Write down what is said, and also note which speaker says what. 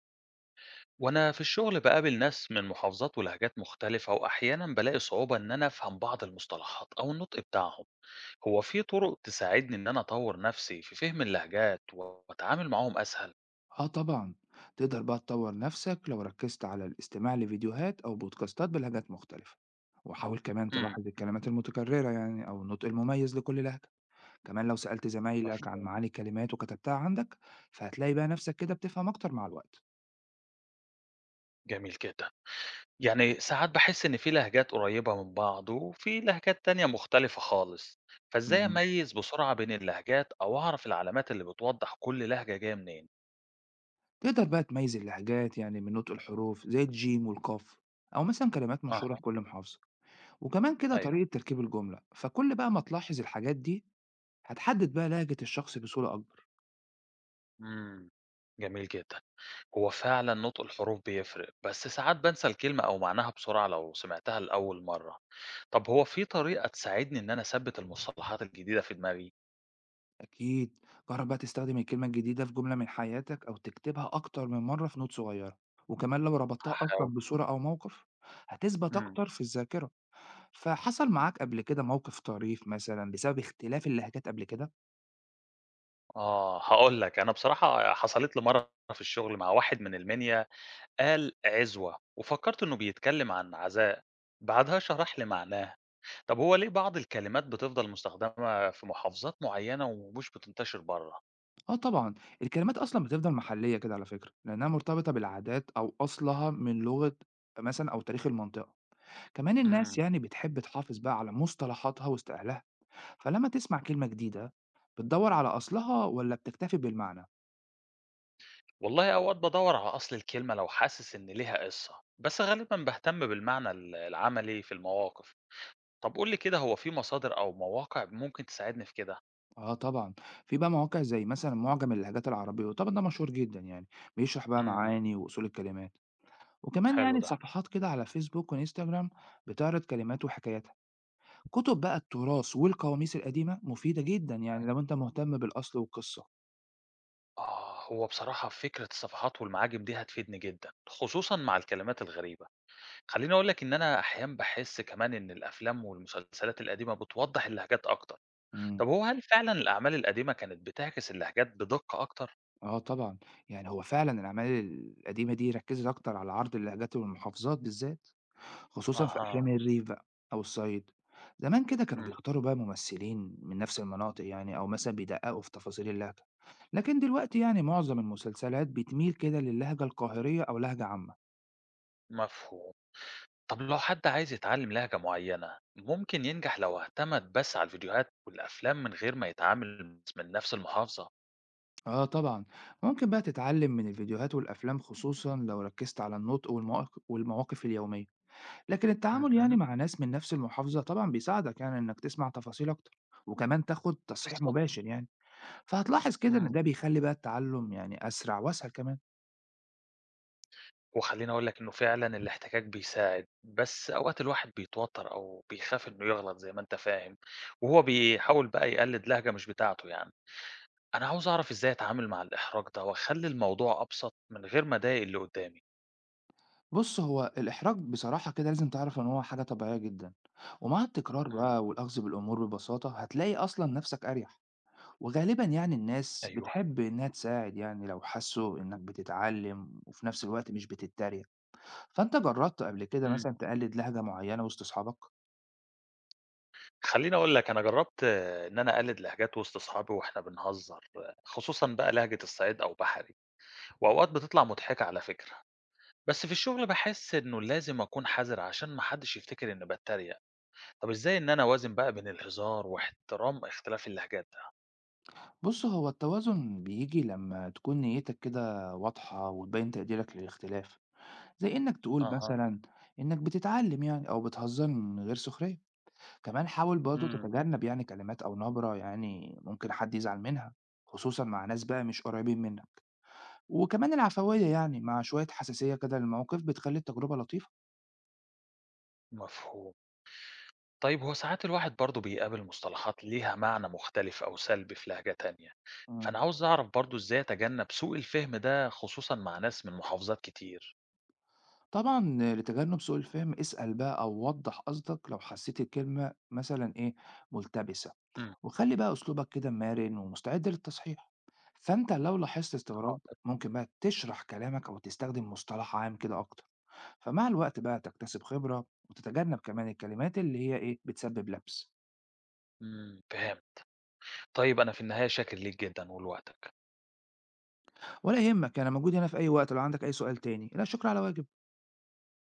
Speaker 1: وأنا في الشغل بقابل ناس من محافظات ولهجات مختلفة وأحيانا بلاقي صعوبة إن أنا أفهم بعض المصطلحات أو النطق بتاعهم، هو في طرق تساعدني إن أنا أطور نفسي في فهم اللهجات وأتعامل معاهم أسهل؟
Speaker 2: آه طبعًا، تقدر بقى تطور نفسك لو ركزت على الاستماع لفيديوهات أو بودكاستات بلهجات مختلفة، وحاول كمان
Speaker 1: امم
Speaker 2: تلاحظ الكلمات المتكررة يعني أو النطق المميز لكل لهجة، كمان لو سألت زمايلك عن
Speaker 1: مفهوم.
Speaker 2: معاني الكلمات وكتبتها عندك، فهتلاقي بقى نفسك كده بتفهم أكتر مع الوقت.
Speaker 1: جميل جدا، يعني ساعات بحس إن في لهجات قريبة من بعض وفي لهجات تانية مختلفة خالص، فإزاي
Speaker 2: إمم،
Speaker 1: أميز بسرعة بين اللهجات أو أعرف العلامات اللي بتوضح كل لهجة جاية منين؟
Speaker 2: تقدر بقى تميز اللهجات يعني من نطق الحروف زي الجيم والقاف، أو مثلًا كلمات مشهورة في
Speaker 1: أها.
Speaker 2: كل محافظة، وكمان كده
Speaker 1: أيوه.
Speaker 2: طريقة تركيب الجملة، فكل بقى ما تلاحظ الحاجات دي هتحدد بقى لهجة الشخص بصورة أكبر.
Speaker 1: امم جميل جدا. هو فعلا نطق الحروف بيفرق بس ساعات بنسى الكلمة أو معناها بسرعة لو سمعتها لأول مرة. طب هو في طريقة تساعدني إن أنا أثبت المصطلحات الجديدة في دماغي؟
Speaker 2: أكيد جرب بقى تستخدم الكلمة الجديدة في جملة من حياتك أو تكتبها أكتر من مرة في نوت صغيرة، وكمان لو ربطتها أصلا
Speaker 1: هحاول.
Speaker 2: بصورة أو موقف هتثبت
Speaker 1: مم.
Speaker 2: أكتر في الذاكرة. فحصل معاك قبل كده موقف طريف مثلا بسبب اختلاف اللهجات قبل كده؟
Speaker 1: آه، هقول لك، أنا بصراحة حصلت لي مرة في الشغل مع واحد من المنيا، قال عزوة وفكرت إنه بيتكلم عن عزاء، بعدها شرح لي معناه. طب هو ليه بعض الكلمات بتفضل مستخدمة في محافظات معينة ومش بتنتشر بره؟
Speaker 2: آه طبعا، الكلمات أصلا بتفضل محلية كده على فكرة لأنها مرتبطة بالعادات أو أصلها من لغة مثلا أو تاريخ المنطقة. كمان الناس يعني بتحب تحافظ بقى على مصطلحاتها واستقلالها. فلما تسمع كلمة جديدة، بتدور على أصلها ولا بتكتفي بالمعنى؟
Speaker 1: والله أوقات بدور على أصل الكلمة لو حاسس إن ليها قصة بس غالبا بهتم بالمعنى العملي في المواقف. طب قول لي كده، هو في مصادر أو مواقع ممكن تساعدني في كده؟
Speaker 2: آه طبعًا، في بقى مواقع زي مثلًا مُعجم اللهجات العربية، وطبعًا ده مشهور جدًا يعني، بيشرح بقى
Speaker 1: امم
Speaker 2: معاني وأصول الكلمات، وكمان
Speaker 1: حلو
Speaker 2: يعني
Speaker 1: ده.
Speaker 2: صفحات كده على فيسبوك وإنستجرام بتعرض كلمات وحكاياتها، كتب بقى التراث والقواميس القديمة مفيدة جدًا يعني لو أنت مهتم بالأصل والقصة.
Speaker 1: آه، هو بصراحة فكرة الصفحات والمعاجم دي هتفيدني جدا خصوصا مع الكلمات الغريبة. خليني أقول لك إن أنا أحيانا بحس كمان إن الأفلام والمسلسلات القديمة بتوضح اللهجات أكتر.
Speaker 2: إمم،
Speaker 1: طب هو هل فعلا الأعمال القديمة كانت بتعكس اللهجات بدقة أكتر؟
Speaker 2: آه طبعًا، يعني هو فعلًا الأعمال القديمة دي ركّزت أكتر على عرض اللهجات والمحافظات بالذات. خصوصًا في
Speaker 1: أها.
Speaker 2: أفلام الريف بقى أو الصعيد. زمان كده كانوا
Speaker 1: امم
Speaker 2: بيختاروا بقى ممثلين من نفس المناطق يعني أو مثلًا بيدققوا في تفاصيل اللهجة. لكن دلوقتي يعني معظم المسلسلات بتميل كده للهجة القاهرية أو لهجة عامة.
Speaker 1: مفهوم. طب لو حد عايز يتعلم لهجة معينة ممكن ينجح لو اعتمد بس على الفيديوهات والأفلام من غير ما يتعامل من نفس المحافظة؟
Speaker 2: آه طبعًا، ممكن بقى تتعلم من الفيديوهات والأفلام خصوصًا لو ركزت على النطق والمواقف اليومية. لكن التعامل يعني
Speaker 1: مهم.
Speaker 2: مع ناس من نفس المحافظة طبعًا بيساعدك يعني إنك تسمع تفاصيل أكتر، وكمان تاخد تصحيح
Speaker 1: بالظبط.
Speaker 2: مباشر يعني. فهتلاحظ كده إن
Speaker 1: مم.
Speaker 2: ده بيخلي بقى التعلم يعني أسرع وأسهل كمان.
Speaker 1: وخليني أقول لك إنه فعلا الاحتكاك بيساعد بس أوقات الواحد بيتوتر أو بيخاف إنه يغلط زي ما أنت فاهم، وهو بيحاول بقى يقلد لهجة مش بتاعته يعني. أنا عاوز أعرف إزاي أتعامل مع الإحراج ده وأخلي الموضوع أبسط من غير ما أضايق اللي قدامي.
Speaker 2: بُص، هو الإحراج بصراحة كده لازم تعرف إن هو حاجة طبيعية جدًا، ومع التكرار
Speaker 1: مم.
Speaker 2: بقى والأخذ بالأمور ببساطة هتلاقي أصلًا نفسك أريح، وغالبًا يعني الناس
Speaker 1: أيوه.
Speaker 2: بتحب إنها تساعد يعني لو حسوا إنك بتتعلم وفي نفس الوقت مش بتتريق. فأنت جربت قبل كده
Speaker 1: مم.
Speaker 2: مثلًا تقلد لهجة معينة وسط أصحابك؟
Speaker 1: خلّيني أقول لك، أنا جرّبت آه، إن أنا أقلد لهجات وسط أصحابي وإحنا بنهزر، آه، خصوصًا بقى لهجة الصعيد أو بحري، وأوقات بتطلع مضحكة على فكرة، بس في الشغل باحس إنه لازم أكون حذر عشان ما حدش يفتكر إني باتريق، طب إزاي إن أنا أوازن بقى بين الهزار واحترام اختلاف اللهجات ده؟
Speaker 2: بُص، هو التوازن بييجي لما تكون نيتك كده واضحة وتبين تقديرك للاختلاف، زي إنك تقول
Speaker 1: أها،
Speaker 2: مثلًا إنك بتتعلم يعني أو بتهزر من غير سخرية. كمان حاول برضه
Speaker 1: إمم،
Speaker 2: تتجنب يعني كلمات أو نبرة يعني ممكن حد يزعل منها خصوصا مع ناس بقى مش قريبين منك. وكمان العفوية يعني مع شوية حساسية كده للموقف بتخلي التجربة لطيفة.
Speaker 1: مفهوم. طيب هو ساعات الواحد برضه بيقابل مصطلحات ليها معنى مختلف أو سلبي في لهجة تانية،
Speaker 2: مم.
Speaker 1: فأنا عاوز أعرف برضه إزاي أتجنب سوء الفهم ده خصوصًا مع ناس من محافظات كتير؟
Speaker 2: طبعا، لتجنب سوء الفهم اسأل بقى أو وضح قصدك لو حسيت الكلمة مثلا إيه ملتبسة.
Speaker 1: إمم،
Speaker 2: وخلي بقى أسلوبك كده مرن ومستعد للتصحيح. فأنت لو لاحظت استغراب
Speaker 1: حاضر.
Speaker 2: ممكن بقى تشرح كلامك أو تستخدم مصطلح عام كده أكتر. فمع الوقت بقى تكتسب خبرة وتتجنب كمان الكلمات اللي هي إيه بتسبب لبس.
Speaker 1: إمم، فهمت. طيب أنا في النهاية شاكر ليك جدًا ولوقتك.
Speaker 2: ولا يهمك، أنا موجود هنا في أي وقت لو عندك أي سؤال تاني. لا شكر على واجب.